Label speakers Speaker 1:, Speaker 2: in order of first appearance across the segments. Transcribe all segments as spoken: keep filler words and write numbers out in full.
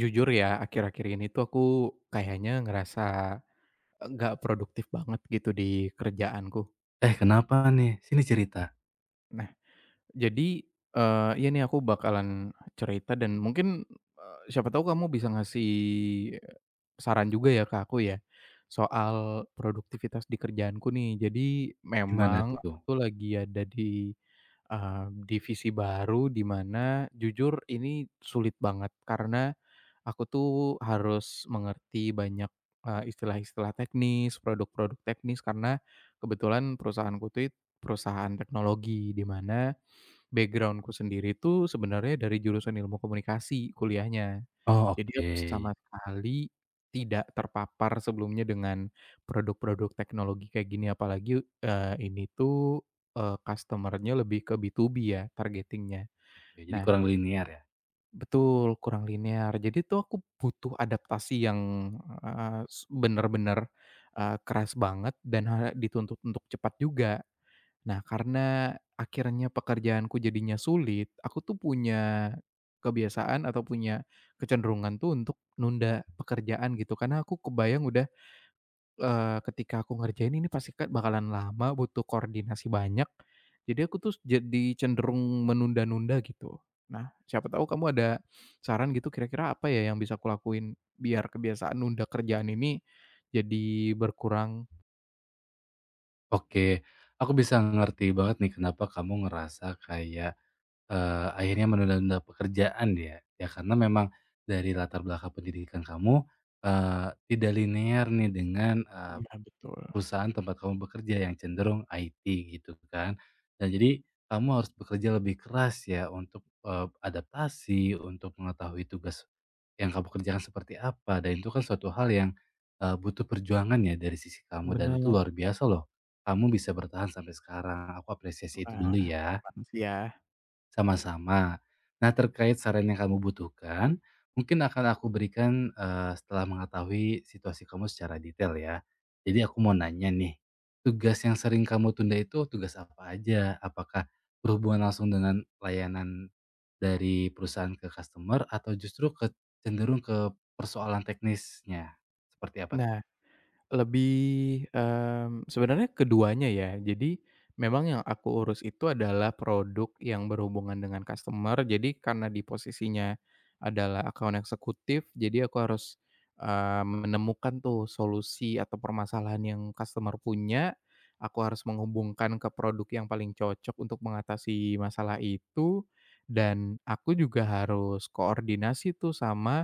Speaker 1: Jujur ya, akhir-akhir ini tuh aku kayaknya ngerasa nggak produktif banget gitu di kerjaanku.
Speaker 2: Eh, kenapa nih? Sini cerita.
Speaker 1: Nah, jadi, eee, iya nih aku bakalan cerita dan mungkin, eee, siapa tahu kamu bisa ngasih saran juga ya ke aku ya, soal produktivitas di kerjaanku nih. Jadi
Speaker 2: Gimana
Speaker 1: memang
Speaker 2: tuh?
Speaker 1: aku lagi ada di, eee, divisi baru di mana jujur ini sulit banget karena aku tuh harus mengerti banyak, eee, istilah-istilah teknis, produk-produk teknis karena kebetulan perusahaanku tuh it perusahaan teknologi, di mana backgroundku sendiri tuh sebenarnya dari jurusan ilmu komunikasi kuliahnya.
Speaker 2: Oh,
Speaker 1: Jadi
Speaker 2: oke.
Speaker 1: aku sama sekali tidak terpapar sebelumnya dengan produk-produk teknologi kayak gini, apalagi, eee, ini tuh, eee, customer lebih ke B dua B ya targetingnya.
Speaker 2: Oke, jadi
Speaker 1: Nah,
Speaker 2: kurang linear ya?
Speaker 1: betul, kurang linear. Jadi tuh aku butuh adaptasi yang, eee, s bener-bener, eee, keras banget dan ha dituntut untuk cepat juga. Nah, karena akhirnya pekerjaanku jadinya sulit, aku tuh punya kebiasaan atau punya kecenderungan tuh untuk nunda pekerjaan gitu, karena aku kebayang udah. Eee, ketika aku ngerjain ini pasti kan bakalan lama, butuh koordinasi banyak. Jadi aku tuh jadi cenderung menunda-nunda gitu. Nah, siapa tahu kamu ada saran gitu kira-kira apa ya yang bisa aku lakuin biar kebiasaan nunda kerjaan ini jadi berkurang?
Speaker 2: Oke, aku bisa ngerti banget nih kenapa kamu ngerasa kayak, eee, akhirnya menunda-nunda pekerjaan ya. Ya karena memang dari latar belakang pendidikan kamu, eee, tidak linear nih dengan, eee,
Speaker 1: Iya, betul.
Speaker 2: perusahaan tempat kamu bekerja yang cenderung I T gitu kan. Dan jadi kamu harus bekerja lebih keras ya untuk, eee, adaptasi, untuk mengetahui tugas Yang kamu kerjakan seperti apa, dan itu kan suatu hal yang, eee, butuh perjuangan ya dari sisi kamu dan itu
Speaker 1: Bener.
Speaker 2: luar biasa loh, kamu bisa bertahan sampai sekarang, aku apresiasi itu
Speaker 1: Wah,
Speaker 2: dulu ya.
Speaker 1: emang ya.
Speaker 2: Sama-sama. Nah, terkait saran yang kamu butuhkan, mungkin akan aku berikan eh, setelah mengetahui situasi kamu secara detail ya. Jadi aku mau nanya nih, tugas yang sering kamu tunda itu tugas apa aja? Apakah berhubungan langsung dengan layanan dari perusahaan ke customer atau justru ke, cenderung ke persoalan teknisnya? Seperti apa?
Speaker 1: Nah, lebih, mmm, sebenarnya keduanya ya. Jadi, memang yang aku urus itu adalah produk yang berhubungan dengan customer. Jadi karena di posisinya adalah account eksekutif, jadi aku harus, eee, menemukan tuh solusi atau permasalahan yang customer punya, aku harus menghubungkan ke produk yang paling cocok untuk mengatasi masalah itu, dan aku juga harus koordinasi tuh sama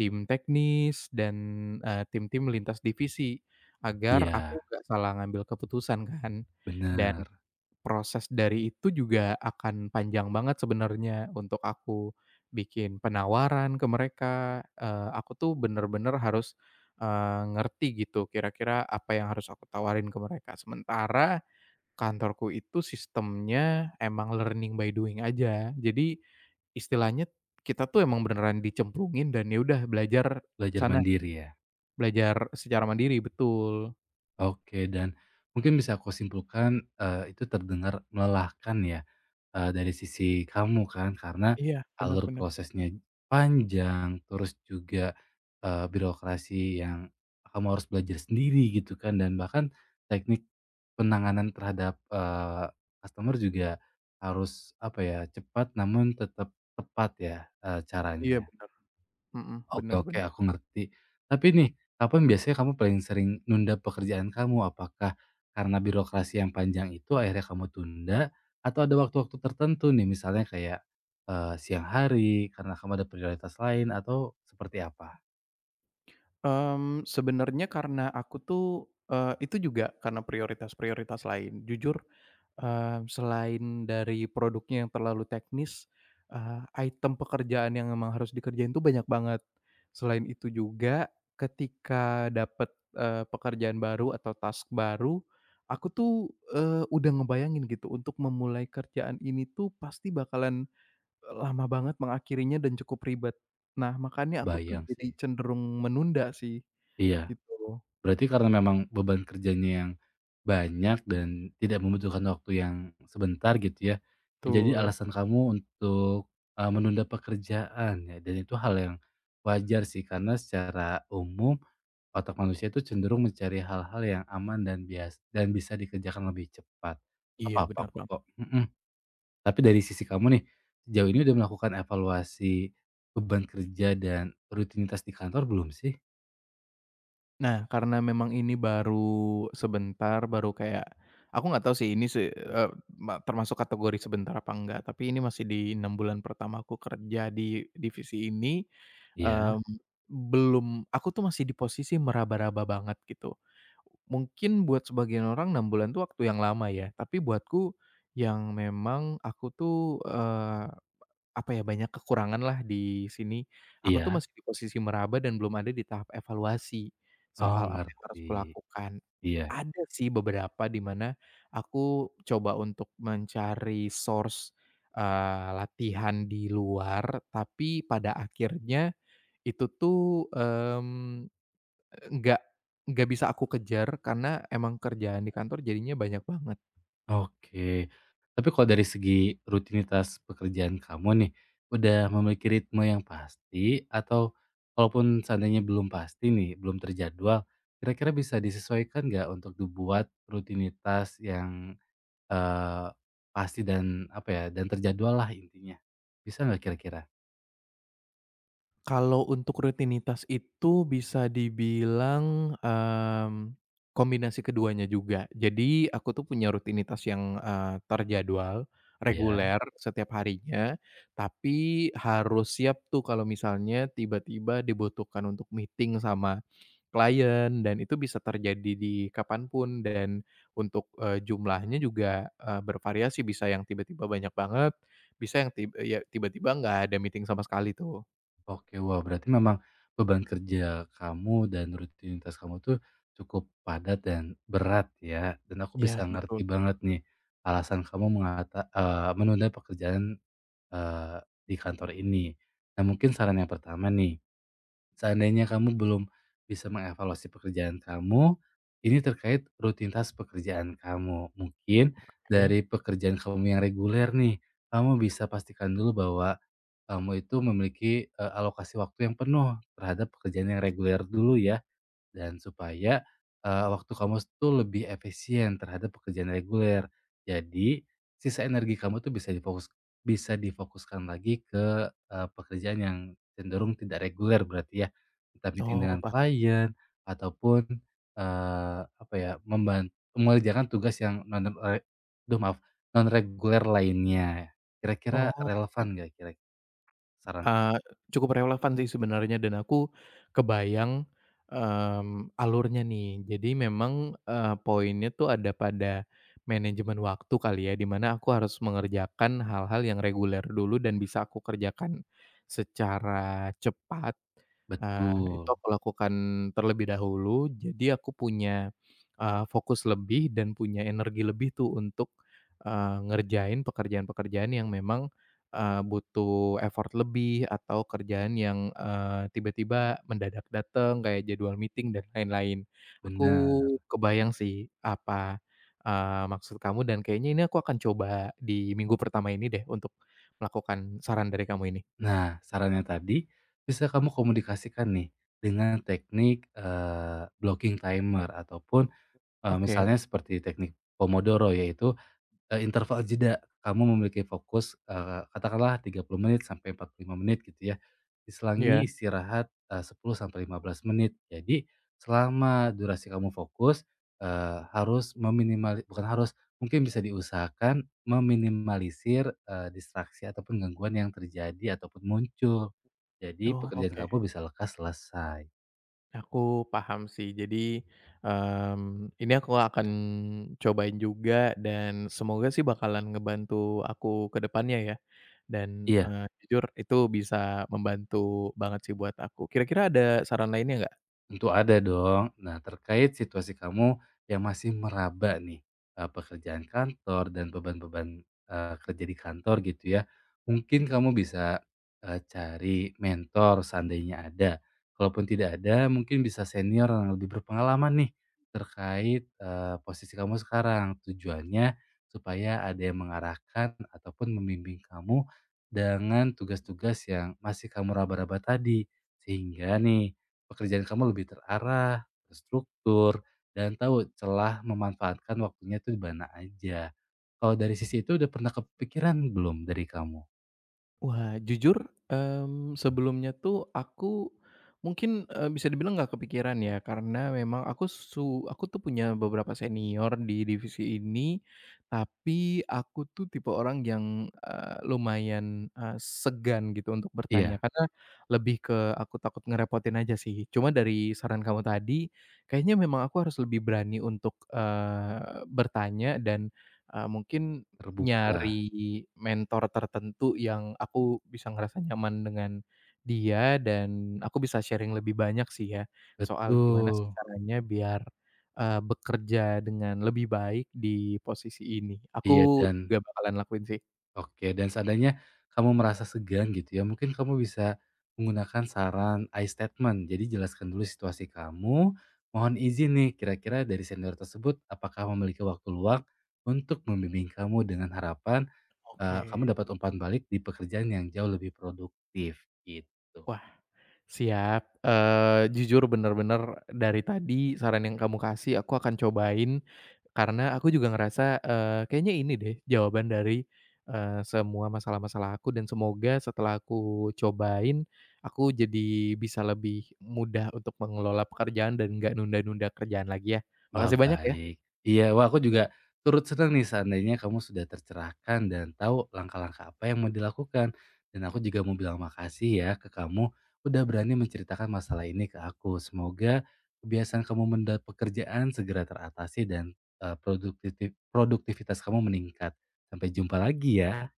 Speaker 1: tim teknis dan, eee, tim-tim lintas divisi. Agar
Speaker 2: Iya,
Speaker 1: aku nggak salah ngambil keputusan kan, dan
Speaker 2: benar.
Speaker 1: proses dari itu juga akan panjang banget sebenarnya untuk aku bikin penawaran ke mereka, eee, aku tuh bener-bener harus, eee, ngerti gitu kira-kira apa yang harus aku tawarin ke mereka. Sementara kantorku itu sistemnya emang learning by doing aja. Jadi istilahnya kita tuh emang beneran dicemplungin dan ya udah belajar
Speaker 2: Belajar
Speaker 1: sana,
Speaker 2: mandiri ya.
Speaker 1: belajar secara mandiri, betul.
Speaker 2: Oke, dan mungkin bisa aku simpulkan, eee, itu terdengar melelahkan ya, eee, dari sisi kamu kan, karena
Speaker 1: Iya, benar,
Speaker 2: alur
Speaker 1: benar.
Speaker 2: prosesnya panjang, terus juga, eee, birokrasi yang kamu harus belajar sendiri gitu kan, dan bahkan teknik penanganan terhadap, eee, customer juga harus, apa ya, cepat namun tetap tepat ya, eee,
Speaker 1: Iya,
Speaker 2: caranya.
Speaker 1: benar. Mhm,
Speaker 2: Oke
Speaker 1: benar,
Speaker 2: oke,
Speaker 1: bener.
Speaker 2: aku ngerti. Tapi nih, kapan biasanya kamu paling sering nunda pekerjaan kamu? Apakah karena birokrasi yang panjang itu akhirnya kamu tunda? Atau ada waktu-waktu tertentu nih, misalnya kayak, eee, siang hari karena kamu ada prioritas lain atau seperti apa?
Speaker 1: Mmm, sebenarnya karena aku tuh, eee, itu juga karena prioritas-prioritas lain. Jujur, eee, selain dari produknya yang terlalu teknis, eee, item pekerjaan yang memang harus dikerjain tuh banyak banget. Selain itu juga ketika dapet, eee, pekerjaan baru atau task baru, aku tuh, eee, udah ngebayangin gitu untuk memulai kerjaan ini tuh pasti bakalan lama banget mengakhirinya dan cukup ribet. Nah, makanya aku tuh
Speaker 2: Bayang
Speaker 1: jadi
Speaker 2: sih.
Speaker 1: cenderung menunda sih,
Speaker 2: Iya.
Speaker 1: gitu.
Speaker 2: Berarti karena memang beban kerjanya yang banyak dan tidak membutuhkan waktu yang sebentar gitu ya, menjadi
Speaker 1: Betul.
Speaker 2: alasan kamu untuk, eee, menunda pekerjaan ya dan itu hal yang wajar sih karena secara umum otak manusia itu cenderung mencari hal-hal yang aman dan bias dan bisa dikerjakan lebih cepat.
Speaker 1: Iya,
Speaker 2: apa-apa
Speaker 1: benar
Speaker 2: kok,
Speaker 1: banget.
Speaker 2: mhm. Tapi dari sisi kamu nih, sejauh ini udah melakukan evaluasi beban kerja dan rutinitas di kantor belum sih?
Speaker 1: Nah, karena memang ini baru sebentar, baru kayak aku nggak tahu sih ini se eee, ma termasuk kategori sebentar apa enggak, tapi ini masih di enam bulan pertama aku kerja di divisi ini.
Speaker 2: Iya
Speaker 1: mmm, Belum, aku tuh masih di posisi meraba-raba banget gitu. Mungkin buat sebagian orang enam bulan tuh waktu yang lama ya, tapi buatku yang memang aku tuh, eh, apa ya, banyak kekurangan lah di sini. Aku tuh
Speaker 2: iya.
Speaker 1: masih di posisi meraba dan belum ada di tahap evaluasi
Speaker 2: Oh,
Speaker 1: soal apa yang harus
Speaker 2: ngerti.
Speaker 1: kulakukan.
Speaker 2: Iya,
Speaker 1: Ada sih beberapa di mana aku coba untuk mencari source, eee, latihan di luar, tapi pada akhirnya itu tuh, mmm, nggak enggak bisa aku kejar karena emang kerjaan di kantor jadinya banyak banget.
Speaker 2: oke. Tapi kalau dari segi rutinitas pekerjaan kamu nih, udah memiliki ritme yang pasti atau kalaupun seandainya belum pasti nih, belum terjadwal, kira-kira bisa disesuaikan nggak untuk dibuat rutinitas yang eh, pasti dan apa ya, dan terjadwal lah intinya. Bisa nggak kira-kira?
Speaker 1: Kalau untuk rutinitas itu bisa dibilang, mmm, kombinasi keduanya juga. Jadi aku tuh punya rutinitas yang, eee, terjadwal,
Speaker 2: Iya.
Speaker 1: reguler setiap harinya, tapi harus siap tuh kalau misalnya tiba-tiba dibutuhkan untuk meeting sama klien dan itu bisa terjadi di kapanpun dan untuk, eee, jumlahnya juga, eee, bervariasi bisa yang tiba-tiba banyak banget, bisa yang tib ya tiba-tiba nggak ada meeting sama sekali tuh.
Speaker 2: Oke, wah berarti memang beban kerja kamu dan rutinitas kamu tuh cukup padat dan berat ya, dan aku
Speaker 1: Iya
Speaker 2: bisa
Speaker 1: betul,
Speaker 2: ngerti banget nih alasan kamu mengata eee, menunda pekerjaan, eee, di kantor ini. Nah mungkin saran yang pertama nih, seandainya kamu belum bisa mengevaluasi pekerjaan kamu, ini terkait rutinitas pekerjaan kamu. Mungkin
Speaker 1: oke.
Speaker 2: dari pekerjaan kamu yang reguler nih, kamu bisa pastikan dulu bahwa kamu itu memiliki, eee, alokasi waktu yang penuh terhadap pekerjaan yang reguler dulu ya, dan supaya, eee, waktu kamu itu lebih efisien terhadap pekerjaan reguler. Jadi, sisa energi kamu tuh bisa difokus bisa difokuskan lagi ke, eee, pekerjaan yang cenderung tidak reguler berarti ya, entah meeting
Speaker 1: Oh
Speaker 2: dengan
Speaker 1: paham,
Speaker 2: klien ataupun, eee, apa ya, membantu mengerjakan tugas yang non re aduh maaf, non reguler lainnya. Kira-kira
Speaker 1: oh.
Speaker 2: relevan nggak, kira Saran
Speaker 1: Eee,
Speaker 2: tersebut.
Speaker 1: Cukup relevan sih sebenarnya dan aku kebayang, mmm, alurnya nih. Jadi memang, eee, poinnya tuh ada pada manajemen waktu kali ya, di mana aku harus mengerjakan hal-hal yang reguler dulu dan bisa aku kerjakan secara cepat. Eee, itu
Speaker 2: Betul,
Speaker 1: aku lakukan terlebih dahulu, jadi aku punya, eee, fokus lebih dan punya energi lebih tuh untuk, eee, ngerjain pekerjaan-pekerjaan yang memang Eee, butuh effort lebih atau kerjaan yang, eee, tiba-tiba mendadak datang kayak jadwal meeting dan lain-lain. Aku
Speaker 2: bener.
Speaker 1: kebayang sih apa, eee, maksud kamu dan kayaknya ini aku akan coba di minggu pertama ini deh untuk melakukan saran dari kamu ini.
Speaker 2: Nah, sarannya tadi bisa kamu komunikasikan nih dengan teknik, eee, blocking timer ataupun, eee,
Speaker 1: Oke,
Speaker 2: misalnya seperti teknik pomodoro yaitu Eee, interval jeda, kamu memiliki fokus, eee, katakanlah tiga puluh menit sampai empat puluh lima menit gitu ya,
Speaker 1: ya.
Speaker 2: diselangi istirahat, eee, sepuluh sampai lima belas menit. Jadi selama durasi kamu fokus, eee, harus meminimali bukan harus, mungkin bisa diusahakan meminimalisir, eee, distraksi ataupun gangguan yang terjadi ataupun muncul. Jadi
Speaker 1: Oh,
Speaker 2: pekerjaan
Speaker 1: oke.
Speaker 2: kamu bisa lekas selesai.
Speaker 1: Aku paham sih. Jadi, mmm, ini aku akan cobain juga dan semoga sih bakalan ngebantu aku ke depannya ya. Dan,
Speaker 2: Iya.
Speaker 1: eee, jujur itu bisa membantu banget sih buat aku. Kira-kira ada saran lainnya nggak?
Speaker 2: Tentu ada dong. Nah, terkait situasi kamu yang masih meraba nih, eee, pekerjaan kantor dan beban-beban, eee, kerja di kantor gitu ya, mungkin kamu bisa, eee, cari mentor seandainya ada. Kalaupun tidak ada, mungkin bisa senior yang lebih berpengalaman nih terkait, eee, posisi kamu sekarang. Tujuannya supaya ada yang mengarahkan ataupun membimbing kamu dengan tugas-tugas yang masih kamu raba-raba tadi. Sehingga nih pekerjaan kamu lebih terarah, terstruktur, dan tahu celah memanfaatkan waktunya tuh di mana aja. Kalau dari sisi itu udah pernah kepikiran belum dari kamu?
Speaker 1: Wah, jujur, mmm, sebelumnya tuh aku mungkin, eee, bisa dibilang nggak kepikiran ya, karena memang aku su aku tuh punya beberapa senior di divisi ini, tapi aku tuh tipe orang yang, eee, lumayan, eee, segan gitu untuk bertanya,
Speaker 2: Iya,
Speaker 1: karena lebih ke aku takut ngerepotin aja sih. Cuma dari saran kamu tadi, kayaknya memang aku harus lebih berani untuk, eee, bertanya dan, eee, mungkin
Speaker 2: terbuka.
Speaker 1: nyari mentor tertentu yang aku bisa ngerasa nyaman dengan dia dan aku bisa sharing lebih banyak sih ya, soal gimana sih
Speaker 2: Betul.
Speaker 1: caranya biar, eee, bekerja dengan lebih baik di posisi ini.
Speaker 2: Iya
Speaker 1: Aku
Speaker 2: dan.
Speaker 1: juga bakalan lakuin sih.
Speaker 2: Oke, dan seandainya kamu merasa segan gitu ya, mungkin kamu bisa menggunakan saran I statement. Jadi jelaskan dulu situasi kamu, mohon izin nih kira-kira dari senior tersebut apakah memiliki waktu luang untuk membimbing kamu dengan harapan eh,
Speaker 1: Oke.
Speaker 2: kamu dapat umpan balik di pekerjaan yang jauh lebih produktif gitu.
Speaker 1: Wah, siap, eee, jujur bener-bener dari tadi saran yang kamu kasih aku akan cobain, karena aku juga ngerasa, eee, kayaknya ini deh jawaban dari, eee, semua masalah-masalah aku dan semoga setelah aku cobain, aku jadi bisa lebih mudah untuk mengelola pekerjaan dan nggak nunda-nunda kerjaan lagi ya.
Speaker 2: Wah,
Speaker 1: Makasih banyak ya.
Speaker 2: baik. Iya, wah aku juga turut senang nih seandainya kamu sudah tercerahkan dan tahu langkah-langkah apa yang mau dilakukan. Dan aku juga mau bilang makasih ya ke kamu udah berani menceritakan masalah ini ke aku. Semoga kebiasaan kamu mendapat pekerjaan segera teratasi dan eh, produktivi- produktivitas kamu meningkat. Sampai jumpa lagi ya.